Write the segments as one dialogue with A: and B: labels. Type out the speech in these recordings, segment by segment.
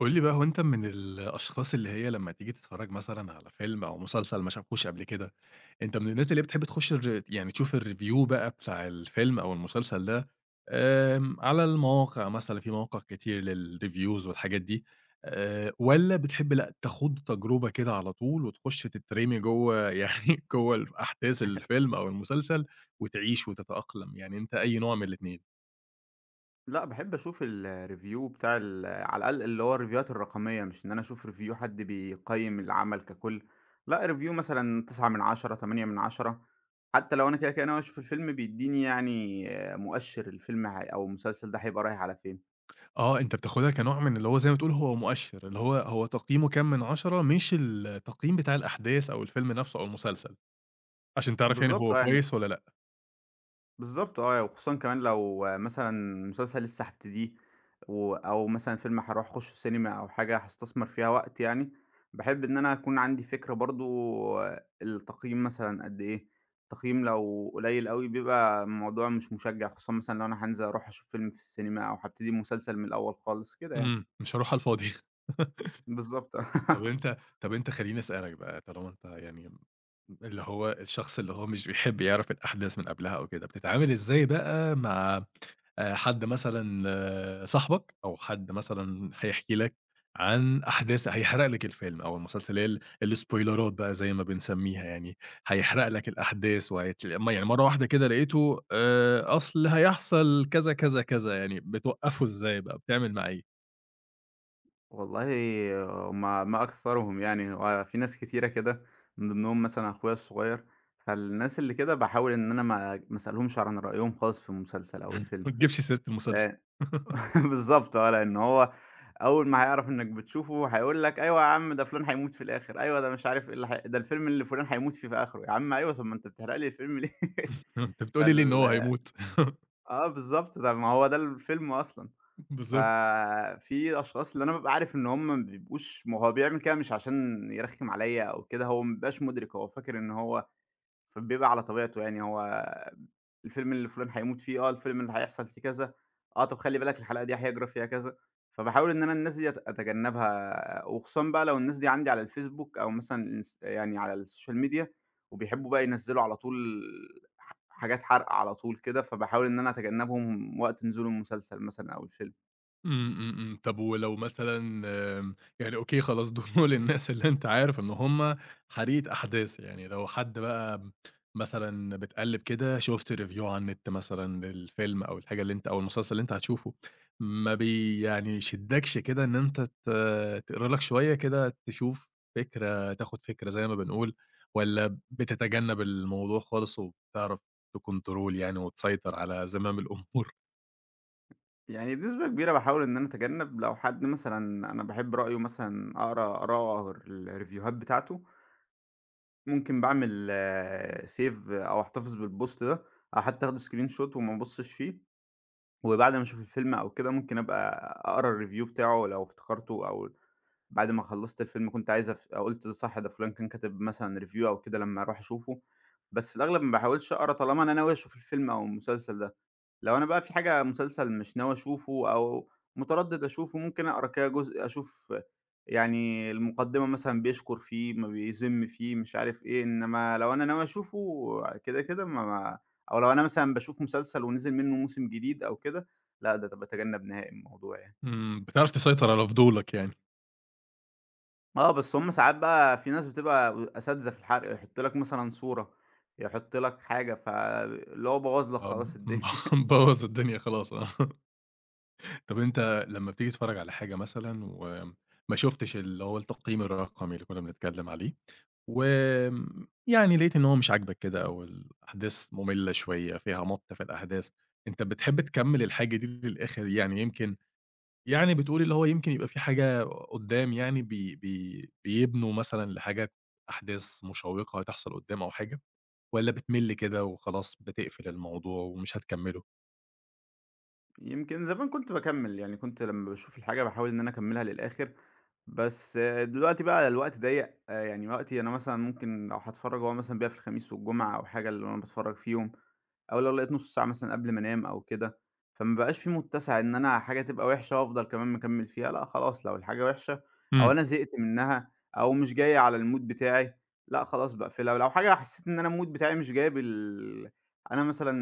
A: قُل لي بقى هو أنت من الأشخاص اللي هي لمّا تيجي تتفرّج مثلًا على فيلم أو مسلسل ما شافوش قبل كده، أنت من الناس اللي هي بتحب تخش الر يعني تشوف الreview بقى بتاع الفيلم أو المسلسل ده. على المواقع مثلًا في مواقع كتير للreviews والحاجات دي. والّا بتحب لأ تخوض تجربة كده على طول وتخش تترمي جوّه يعني جوّه أحداث الفيلم أو المسلسل وتعيش وتتأقلم، يعني أنت أي نوع من الاتنين؟
B: لأ، باحب أشوف الreview بتاع ال على الأقل اللي هو الريفيوهات الرقمية، مش إن أنا أشوف review حد بيقيّم العمل ككل، لأ review مثلًا 9/10، 8/10 حتى لو أنا كده، كده ناوي أشوف الفيلم بيدّيني يعني مؤشِّر الفيلم هي أو المسلسل ده هيبقى رايح على فين.
A: أنت بتاخدها كنوع من اللي هو زي ما تقول هو مؤشِّر، اللي هو تقييمه كام من 10 مش التقييم بتاع الأحداث أو الفيلم نفسه أو المسلسل، عشان تعرف يعني
B: بالضبط
A: هو
B: آه،
A: كويس والّا لأ.
B: وخصوصًا كمان لو مثلًا مسلسل لسه هابتديه و أو مثلًا فيلم هاروح أخشه سينما أو حاجة هاستثمر فيها وقت يعني، باحب إن أنا أكون عندي فكرة برضه التقييم مثلًا قد إيه، التقييم لو قليل أوي بيبقى الموضوع مش مشجّع، خصوصًا مثلًا لو أنا هانزل أروح أشوف فيلم في السينما أو هابتدي مسلسل من الأول خالص كده يعني،
A: مش هاروح على الفاضي.
B: بالضبط.
A: طَب أنت طَب أنت خلّيني أسألك بقى طالما أنت يعني اللي هو الشخص اللي هو مش بيحب يعرف الأحداث من قبلها أو كده، بتتعامل إزاي بقى مع حد مثلًا صاحبك أو حد مثلًا هيحكي لك عن أحداث هيحرق لك الفيلم أو المسلسل اللي هي الإسبويلرات بقى زي ما بنسميها يعني، هيحرق لك الأحداث وهيت م يعني مرّة واحدة كده لقيته أصل هيحصل كذا، كذا، كذا، يعني بتوقّفه إزاي بقى، بتعمل معاه إيه؟
B: والله آه، ما أكثرهم يعني، هو في ناس كتيرة كده، من ضمنهم مثلًا أخويا الصغير، فالناس اللي كده باحاول إن أنا ما أسألهمش عن رأيهم خالص في المسلسل أو الفيلم،
A: ما تجيبش سيرة المسلسل.
B: لأ. بالضبط آه، لأن هو أول ما هيعرف إنك بتشوفه هيقول لك: "أيوه يا عم ده فلان هيموت في الآخر، أيوه ده مش عارف إيه اللي ده الفيلم اللي فلان هيموت فيه في آخره." يا عم أيوه، طب ما أنت بتحرق لي الفيلم ليه؟
A: أنت بتقول لي ليه إن
B: فال
A: هو هيموت؟
B: آه بالضبط، طب ما هو ده الفيلم أصلًا.
A: بالضبط.
B: ففي أشخاص اللي أنا بابقى عارف إن هم ما بيبقوش ما هو بيعمل كده مش عشان يرخّم عليّا أو كده، هو ما بيبقاش مُدرِك، هو فاكر إن هو فبيبقى على طبيعته يعني هو الفيلم اللي فُلان هيموت فيه، آه، الفيلم اللي هيحصل فيه كذا، آه، طَب خلّي بالك الحلقة دي هيجرى فيها كذا، فباحاول إن أنا الناس دي أتجنّبها وخصوصًا بقى لو الناس دي عندي على الفيسبوك أو مثلًا يعني على الsocial media وبيحبّوا بقى ينزّلوا على طول حاجات حَرْق على طول كده، فباحاول إن أنا أتجنّبهم وقت نزول المسلسل مثلًا أو الفيلم.
A: إمم، إمم، إمم. طب ولو مثلًا يعني أوكي خلاص دول الناس اللي أنت عارف إن هم حريقة أحداث، يعني لو حد بقى مثلًا بتقلِّب كده شُفت review على النت مثلًا للفيلم أو الحاجة اللي أنت أو المسلسل اللي أنت هتشوفه، ما بي يعني يشدّكش كده إن أنت تقرا لك شوية كده تشوف فكرة، تاخد فكرة زي ما بنقول، والّا بتتجنب الموضوع خالص وبتعرف تcontrol يعني وتسيطر على زمام الأمور؟
B: يعني بنسبة كبيرة باحاول إن أنا أتجنب لو حد مثلًا أنا باحب رأيه مثلًا أقرا آراءه الريفيوهات بتاعته، ممكن باعمل save أو أحتفظ بالبوست ده، أو حتى آخده screenshot وما أبصش فيه، وبعد ما أشوف الفيلم أو كده ممكن أبقى أقرا الreview بتاعه لو افتكرته أو بعد ما خلصت الفيلم كنت عايز قُلت ده صح ده فلان كان كاتب مثلًا review أو كده لمّا أروح أشوفه، بس في الأغلب ما باحاولش أقرا طالما أنا ناوي أشوف الفيلم أو المسلسل ده. لو أنا بقى في حاجة مسلسل مش ناوي أشوفه أو متردد أشوفه، ممكن أقرا كده جزء أشوف يعني المقدمة مثلًا بيشكر فيه، ما بيذم فيه، مش عارف إيه، إنما لو أنا ناوي أشوفه كده، كده ما ما أو لو أنا مثلًا باشوف مسلسل ونزل منه موسم جديد أو كده، لأ ده باتجنب نهائي الموضوع يعني.
A: بتعرف تسيطر على فضولك يعني.
B: آه، بس هم ساعات بقى في ناس بتبقى أساتذة في الحرق، يحط لك مثلًا صورة، يحط لك حاجة، فاللي هو بوّظ لك
A: آه،
B: خلاص
A: م
B: الدنيا.
A: مبوّظ الدنيا خلاص آه. طَب أنت لمّا بتيجي تتفرّج على حاجة مثلًا وما شُفتش اللي هو التقييم الرقمي اللي كُنّا بنتكلّم عليه، يعني لقيت إن هو مش عاجبك كده أو الأحداث مُمِلّة شوية، فيها مَط في الأحداث، أنت بتحب تكمّل الحاجة دي للآخِر يعني يمكن يعني بتقول اللي هو يمكن يبقى في حاجة قُدّام يعني بي بي بيبنوا مثلًا لحاجة أحداث مشوّقة هتحصل قُدّام أو حاجة والّا بتمِل كده وخلاص بتقفل الموضوع ومش هتكمّله؟
B: يمكن زمان كنت باكمّل، يعني كنت لمّا باشوف الحاجة باحاول إن أنا أكمّلها للآخر، بس آه، دلوقتي بقى الوقت ضيّق، يعني وقتي أنا مثلًا ممكن لو هاتفرّج هو مثلًا بيبقى في الخميس والجمعة أو حاجة اللي أنا باتفرّج فيهم، أو لو لقيت نُص ساعة مثلًا قبل ما أنام أو كده، فما بقاش في متّسع إن أنا حاجة تبقى وحشة وافضل كمان مكمّل فيها، لأ خلاص لو الحاجة وحشة أو
A: إمم.
B: أنا زهقت منها أو مش جاية على الmood بتاعي، لأ خلاص باقفلها، ولو حاجة حسّيت إن أنا الmood بتاعي مش جايب ال أنا مثلًا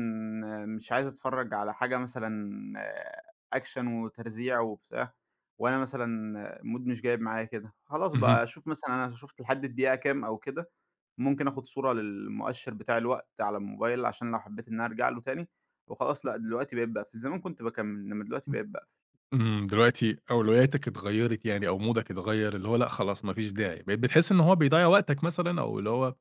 B: مش عايز أتفرّج على حاجة مثلًا أكشن وترزيع وبتاع، وأنا مثلًا المود مش جايب معايا كده، خلاص بقى
A: اهم.
B: أشوف مثلًا أنا شُفت لحد الدقيقة كام أو كده، ممكن آخد صورة للمؤشر بتاع الوقت على الموبايل عشان لو حبيت إن أنا أرجع له تاني، وخلاص لأ دلوقتي بقيت باقفل، زمان كنت باكمّل إنّما دلوقتي
A: إمم،
B: بقيت باقفل.
A: إمم، دلوقتي أولوياتك اتغيّرت يعني أو مودك اتغيّر، اللي هو لأ خلاص ما فيش داعي، بقيت بتحس إن هو بيضيّع وقتك مثلًا أو اللي هو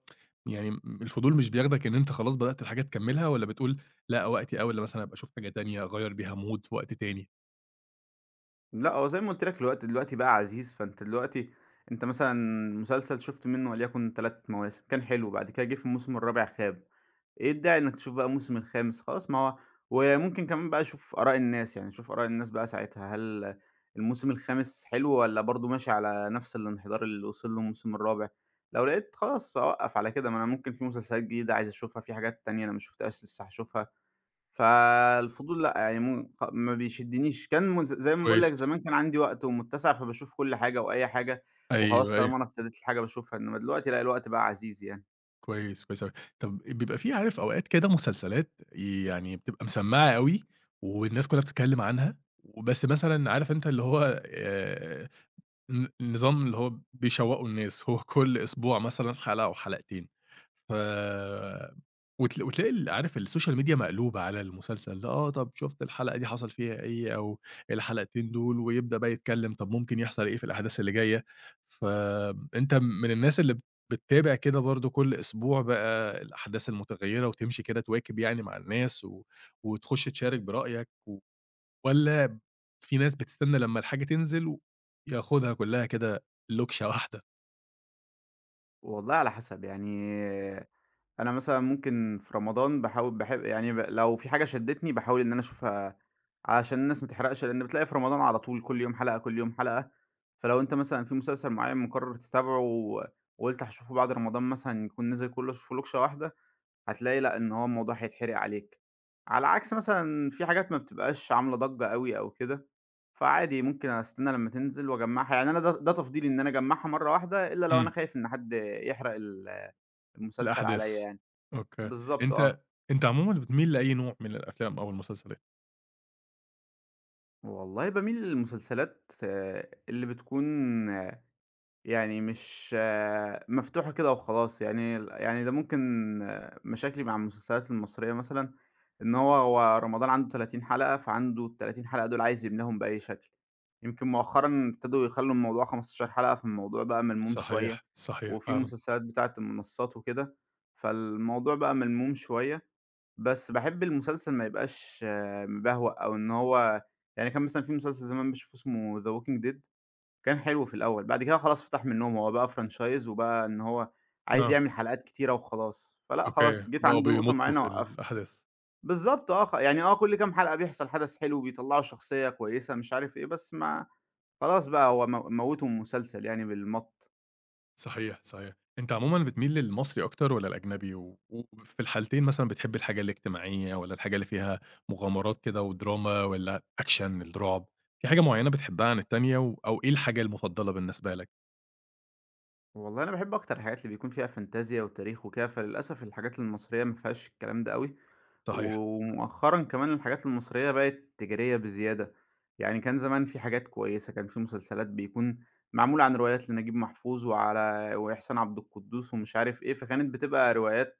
A: يعني الفضول مش بياخدك إن أنت خلاص بدأت الحاجة تكمّلها والّا بتقول لأ وقتي أوي، والّا مثلًا أبقى أشوف حاجة تانية أغيّر بيها مود في وقت تاني؟
B: لأ، هو زي ما قُلت لك الوقت دلوقتي بقى عزيز، فأنت دلوقتي أنت مثلًا مسلسل شُفت منه وليكن 3 مواسم، كان حلو، بعد كده جه في الموسم الرابع خاب، إيه الداعي إنك تشوف بقى الموسم الخامس؟ خلاص ما هو وممكن كمان بقى أشوف آراء الناس، يعني أشوف آراء الناس بقى ساعتها، هل الموسم الخامس حلو والّا برضه ماشي على نفس الانحدار اللي وصل له الموسم الرابع؟ لو لقيت خلاص أوقّف على كده، ما أنا ممكن في مسلسلات جديدة عايز أشوفها، في حاجات تانية أنا ما شُفتهاش لسه هاشوفها. فالفضول لأ، يعني مو خ ما بيشدنيش، كان زي ما باقول
A: كويس،
B: لك زمان كان عندي وقت ومتسع، فباشوف كل حاجة وأي حاجة، وخلاص
A: أيوه، أيوه،
B: طالما أنا ابتديت الحاجة باشوفها، إنما دلوقتي لأ، الوقت بقى عزيز يعني.
A: كويس، كويس أوي. طَب بيبقى في عارف أوقات كده مسلسلات يعني بتبقى مسمّعة أوي والناس كلّها بتتكلّم عنها، وبس مثلًا عارف أنت اللي هو نظام اللي هو بيشوّقوا الناس، هو كل أسبوع مثلًا حلقة أو حلقتين، ف وتلاقي عارف السوشيال ميديا مقلوبة على المسلسل ده، طَب شُفت الحلقة دي حصل فيها إيه أو الحلقتين دول، ويبدأ بقى يتكلّم طَب ممكن يحصل إيه في الأحداث اللي جاية، فأنت من الناس بتتابع كده برضه كل أسبوع بقى الأحداث المتغيّرة وتمشي كده تواكب يعني مع الناس وتخُش تشارك برأيك والّا في ناس بتستنى لمّا الحاجة تنزل ياخدها كلّها كده لوكشة واحدة،
B: والله على حسب، يعني أنا مثلًا ممكن في رمضان باحاول باحب يعني لو في حاجة شدتني باحاول إن أنا أشوفها علشان الناس ما تحرقش، لإن بتلاقي في رمضان على طول كل يوم حلقة، كل يوم حلقة، فلو أنت مثلًا في مسلسل معيّن مقرر تتابعه وقُلت هاشوفه بعد رمضان مثلًا يكون نزل كله، أشوفه لُكشة واحدة هتلاقي لأ، إن هو الموضوع هيتحرق عليك. على عكس مثلًا في حاجات ما بتبقاش عاملة ضجّة أوي أو كده، فعادي ممكن أستنى لمّا تنزل وأجمّعها، يعني أنا ده تفضيلي إن أنا أجمّعها مرّة واحدة إلّا لو أنا
A: إمم،
B: خايف إن حد يحرق ال المسلسل عليّا
A: الأحداث،
B: يعني.
A: أوكي.
B: بالضبط آه.
A: أنت أنت عمومًا بتميل لأي نوع من الأفلام أو المسلسلات؟
B: والله باميل للمسلسلات آه، اللي بتكون يعني مش آه، مفتوحة كده وخلاص يعني ال يعني ده ممكن آه، مشاكلي مع المسلسلات المصرية مثلًا، إن هو رمضان عنده 30 حلقة، فعنده ال30 حلقة دول عايز يملاهم بأي شكل. يمكن مؤخرًا ابتدوا يخلّوا الموضوع 15 حلقة، فالموضوع بقى ملموم شوية،
A: صحيح، صحيح
B: وفي
A: فعلًا.
B: مسلسلات بتاعة المنصات وكده، فالموضوع بقى ملموم شوية، بس باحب المسلسل ما يبقاش آه، مبهوأ أو إن هو يعني كان مثلًا في مسلسل زمان باشوفه اسمه The Walking Dead كان حلو في الأول، بعد كده خلاص فَتَح من النوم، هو بقى franchise وبقى إن هو عايز
A: آه،
B: يعمل حلقات كتيرة وخلاص، فلأ
A: أوكي،
B: خلاص جيت
A: بقوا
B: عند نقطة
A: بيمطّوا
B: معيّنة
A: في
B: وقّفت.
A: الأحداث.
B: بالضبط آه، يعني آه كل كام حلقة بيحصل حدث حلو، بيطلّعوا شخصية كويسة مش عارف إيه، بس ما خلاص بقى هو موّتوا المسلسل يعني بالمَط.
A: صحيح، صحيح. أنت عمومًا بتميل للمصري أكتر والّا الأجنبي؟ وفي الحالتين مثلًا بتحب الحاجة الاجتماعية والّا الحاجة اللي فيها مغامرات كده ودراما والّا أكشن، الرعب، في حاجة معيّنة بتحبها عن التانية أو إيه الحاجة المفضلة بالنسبة لك؟
B: والله أنا باحب أكتر الحاجات اللي بيكون فيها فانتازيا وتاريخ وكده، فللأسف الحاجات المصرية ما فيهاش الكلام ده أوي،
A: صحيح.
B: ومؤخرًا كمان الحاجات المصرية بقت تجارية بزيادة، يعني كان زمان في حاجات كويسة، كان في مسلسلات بيكون معمولة عن روايات لنجيب محفوظ وعلى وإحسان عبد القدوس ومش عارف إيه، فكانت بتبقى روايات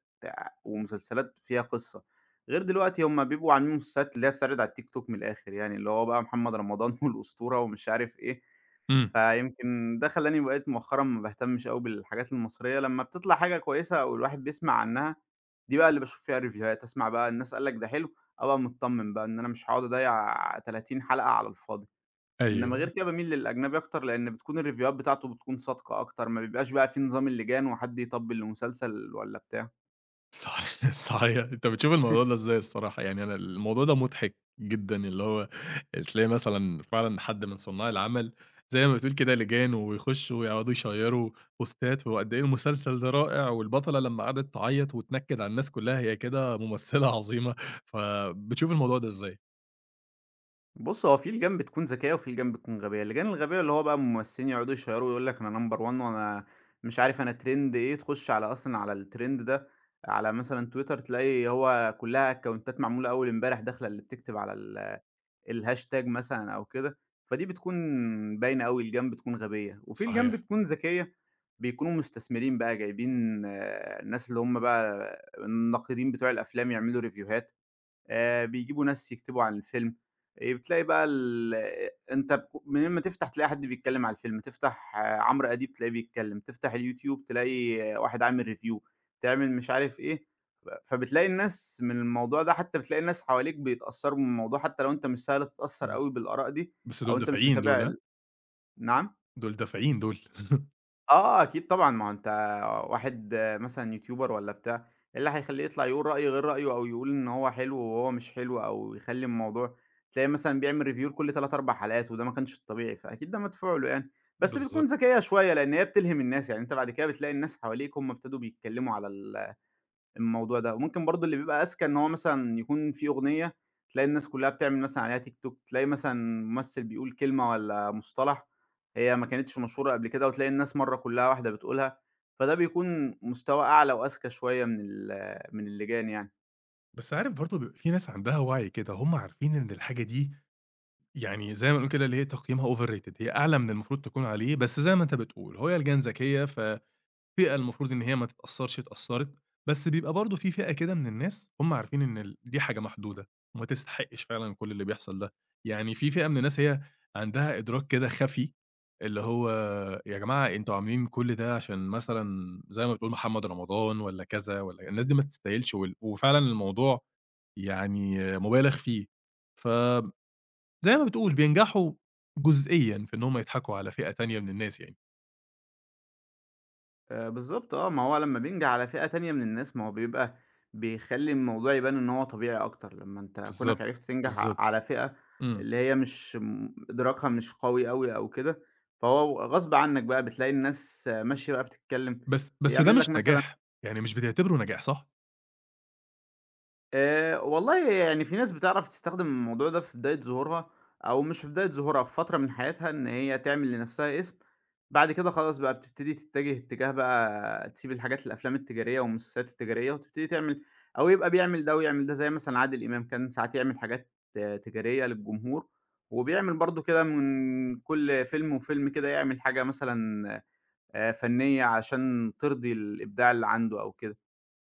B: ومسلسلات فيها قصة، غير دلوقتي هم بيبقوا عاملين مسلسلات اللي هي بتتعرض على التيك توك من الآخر يعني، اللي هو بقى محمد رمضان والأسطورة ومش عارف إيه.
A: إمم.
B: فيمكن ده خلّاني بقيت مؤخرًا ما باهتمش أوي بالحاجات المصرية، لمّا بتطلع حاجة كويسة أو الواحد بيسمع عنها، دي بقى اللي باشوف فيها ريفيوهات، أسمع بقى الناس قال لك ده حلو، أبقى متطمن بقى إن أنا مش هاقعد أضيّع 30 حلقة على الفاضي، إنما
A: أيوه.
B: غير كده باميل للأجنبي أكتر، لإن بتكون الريفيوهات بتاعته بتكون صادقة أكتر، ما بيبقاش بقى في نظام اللجان وحد يطبّل لمسلسل والّا بتاع.
A: صح صحيح. أنت بتشوف الموضوع ده إزاي الصراحة؟ يعني أنا الموضوع ده مُضحك جدًا، اللي هو تلاقي مثلًا فعلًا حد من صنّاع العمل زي ما بتقول كده لِجان ويخشّوا ويقعدوا يشيّروا بوستات، وقد إيه المسلسل ده رائع، والبطلة لمّا قعدت تعيّط وتنكِّد على الناس كُلّها هي كده ممثلة عظيمة، فبتشوف الموضوع ده إزاي؟
B: بُص، هو في الجنب بتكون ذكية وفي الجنب بتكون غبية، الجان الغبية اللي هو بقى الممثلين يقعدوا يشيّروا ويقول لك أنا number one وأنا مش عارف أنا trend إيه، تخش على أصلًا على الtrend ده على مثلًا تويتر تلاقي هو كلّها أكونتات معمولة أول امبارح داخلة اللي بتكتب على ال الهاشتاج مثلًا أو كده، فدي بتكون باينة أوي الجان بتكون غبية، وفي الجان
A: صحيح.
B: بتكون ذكية بيكونوا مستثمرين بقى جايبين آه، الناس اللي هم بقى الناقدين بتوع الأفلام يعملوا ريفيوهات. بيجيبوا ناس يكتبوا عن الفيلم، بتلاقي بقى ال أنت بك من أمّا تفتح تلاقي حد بيتكلّم على الفيلم، تفتح آه، عمرو أديب تلاقيه بيتكلّم، تفتح اليوتيوب تلاقي آه، واحد عامل review، تعمل مش عارف إيه، فبتلاقي الناس من الموضوع ده حتى بتلاقي الناس حواليك بيتأثّروا من الموضوع حتى لو أنت مش سهل تتأثّر
A: إمم.
B: أوي بالآراء دي
A: بس
B: أو
A: دول
B: أنت مش
A: دافعين
B: متابع
A: دول ها؟
B: ال نعم؟
A: دول دافعين دول.
B: آه، أكيد طبعًا، ما هو أنت واحد مثلًا يوتيوبر والّا بتاع، إيه اللي هيخلّيه يطلع يقول رأي غير رأيه أو يقول إن هو حلو وهو مش حلو أو يخلّي الموضوع تلاقيه مثلًا بيعمل review لكل 3، 4 حلقات وده ما كانش الطبيعي، فأكيد ده مدفوع له يعني. بس بتكون
A: بالضبط.
B: ذكية شوية، لإن هي بتلهم الناس، يعني أنت بعد كده بتلاقي الناس حواليك هم ابتدوا بيتكلّموا على ال الموضوع ده، وممكن برضه اللي بيبقى أذكى إن هو مثلًا يكون في أغنية، تلاقي الناس كلّها بتعمل مثلًا عليها تيك توك، تلاقي مثلًا ممثل بيقول كلمة والّا مصطلح هي ما كانتش مشهورة قبل كده، وتلاقي الناس مرّة كلّها واحدة بتقولها، فده بيكون مستوى أعلى وأذكى شوية من من اللجان يعني.
A: بس عارف برضه بيبقى في ناس عندها وَعي كده، هم عارفين إن الحاجة دي يعني زي ما نقول كده اللي هي تقييمها overrated هي أعلى من المفروض تكون عليه، بس زي ما أنت بتقول هي الجيران ذكية، ففئة المفروض إن هي ما تتأثّرش اتأثّرت، بس بيبقى برضه في فئة كده من الناس هم عارفين إن دي حاجة محدودة، وما تستحقش فعلًا كل اللي بيحصل ده، يعني في فئة من الناس هي عندها إدراك كده خفي، اللي هو يا جماعة أنتم عاملين كل ده عشان مثلًا زي ما بتقول محمد رمضان والّا كذا والّا الناس دي ما تستاهلش وفعلًا الموضوع يعني مُبالغ فيه، ف زي ما بتقول بينجحوا جزئيًا في إن هم يضحكوا على فئة تانية من الناس يعني،
B: بالضبط آه، ما هو لمّا بينجح على فئة تانية من الناس، ما هو بيبقى بيخلّي الموضوع يبان إن هو طبيعي أكتر، لمّا أنت كونك
A: بالضبط،
B: عرفت تنجح
A: بالضبط،
B: على فئة
A: إمم،
B: اللي هي مش إدراكها مش قوي أوي أو كده، فهو غصب عنك بقى بتلاقي الناس آه، ماشية بقى بتتكلّم،
A: بس ده
B: يعمل لك
A: مش
B: مثلًا
A: نجاح، يعني مش بتعتبره نجاح صح؟
B: والله يعني في ناس بتعرف تستخدم الموضوع ده في بداية ظهورها، أو مش في بداية ظهورها، في فترة من حياتها إن هي تعمل لنفسها اسم، بعد كده خلاص بقى بتبتدي تتجه اتجاه بقى تسيب الحاجات الأفلام التجارية والمسلسلات التجارية، وتبتدي تعمل أو يبقى بيعمل ده ويعمل ده، زي مثلًا عادل إمام كان ساعات يعمل حاجات آه، تجارية للجمهور، وبيعمل برضه كده من كل فيلم وفيلم كده يعمل حاجة مثلًا فنية عشان ترضي الإبداع اللي عنده أو كده.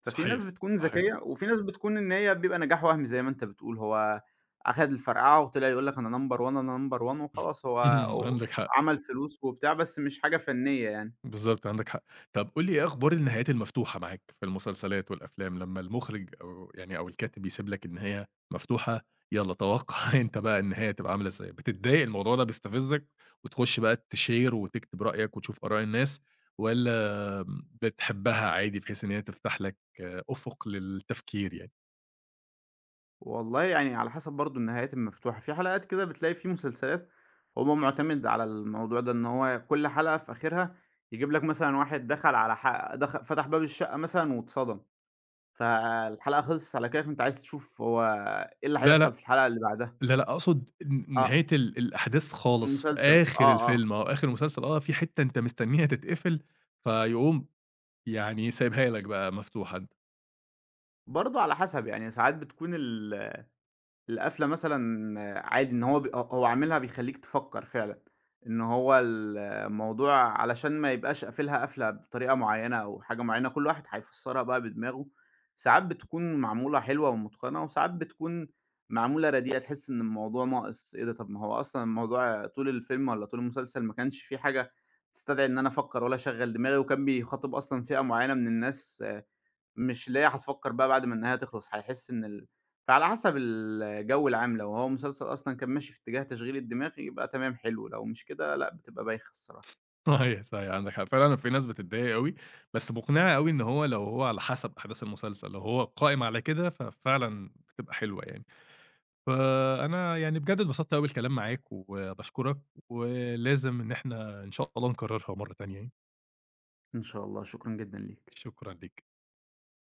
B: ففي ناس
A: صحيح،
B: بتكون
A: صحيح،
B: ذكية، وفي ناس بتكون إن هي بيبقى نجاح وهمي زي ما أنت بتقول، هو أخد الفرقعة وطلع يقول لك أنا number one أنا number one. وخلاص هو
A: اهم،
B: أو
A: عندك حق،
B: عمل فلوس وبتاع، بس مش حاجة فنية يعني.
A: بالضبط عندك حق. طب قُل لي إيه أخبار النهايات المفتوحة معاك في المسلسلات والأفلام لمّا المخرج أو الكاتب بيسيب لك النهاية مفتوحة، يالّا توقّع أنت بقى النهاية هتبقى عاملة إزاي، بتتضايق الموضوع ده بيستفزك وتخش بقى تshare وتكتب رأيك وتشوف آراء الناس والّا بتحبها عادي بحيث إن هي تفتح لك أفق للتفكير يعني.
B: والله يعني على حسب برضه النهايات المفتوحة، في حلقات كده بتلاقي في مسلسلات هو معتمد على الموضوع ده، إن هو كل حلقة في آخرها يجيب لك مثلًا واحد دخل على ح دخ فتح باب الشقة مثلًا واتصدم، فالحلقة خلصت على كده، فأنت عايز تشوف هو إيه اللي
A: لا،
B: هيحصل
A: لأ،
B: في الحلقة اللي بعدها.
A: لا، لأ، أقصد
B: آه،
A: نهاية الأحداث خالص في
B: المسلسل،
A: آخر
B: آه، آه.
A: الفيلم أو آخر المسلسل في حتّة أنت مستنيها تتقفل، فيقوم يعني سايبها لك بقى مفتوحة أنت.
B: برضه على حسب، يعني ساعات بتكون ال القفلة مثلًا عادي إن هو ب هو هو عاملها بيخلّيك تفكّر فعلًا، إن هو الموضوع علشان ما يبقاش قافلها قفلة بطريقة معيّنة أو حاجة معيّنة، كل واحد هيفسّرها بقى بدماغه، ساعات بتكون معمولة حلوة ومتقنة وساعات بتكون معمولة رديئة، تحس إن الموضوع ناقص، إيه ده طب ما هو أصلًا الموضوع طول الفيلم والّا طول المسلسل ما كانش في حاجة تستدعي إن أنا أفكّر ولا أشغّل دماغي وكان بيخاطب أصلًا فئة معيّنة من الناس مش اللي هي هتفكّر بقى بعد ما النهاية تخلص، هيحس إن ال فعلى حسب الجو العام، لو هو مسلسل أصلًا كان ماشي في اتجاه تشغيل الدماغ يبقى تمام حلو، لو مش كده لأ، بتبقى بايخة الصراحة.
A: صحيح، صحيح، عندك حق، فعلًا في ناس بتتضايق أوي، بس مقنعة أوي إن هو لو هو على حسب أحداث المسلسل، لو هو قائم على كده ففعلًا بتبقى حلوة يعني. فأنا يعني بجد اتبسطت أوي بالكلام معاك، وباشكرك، ولازم إن إحنا إن شاء الله نكررها مرة تانية يعني.
B: إن شاء الله، شكرًا جدًا ليك.
A: شكرًا ليك.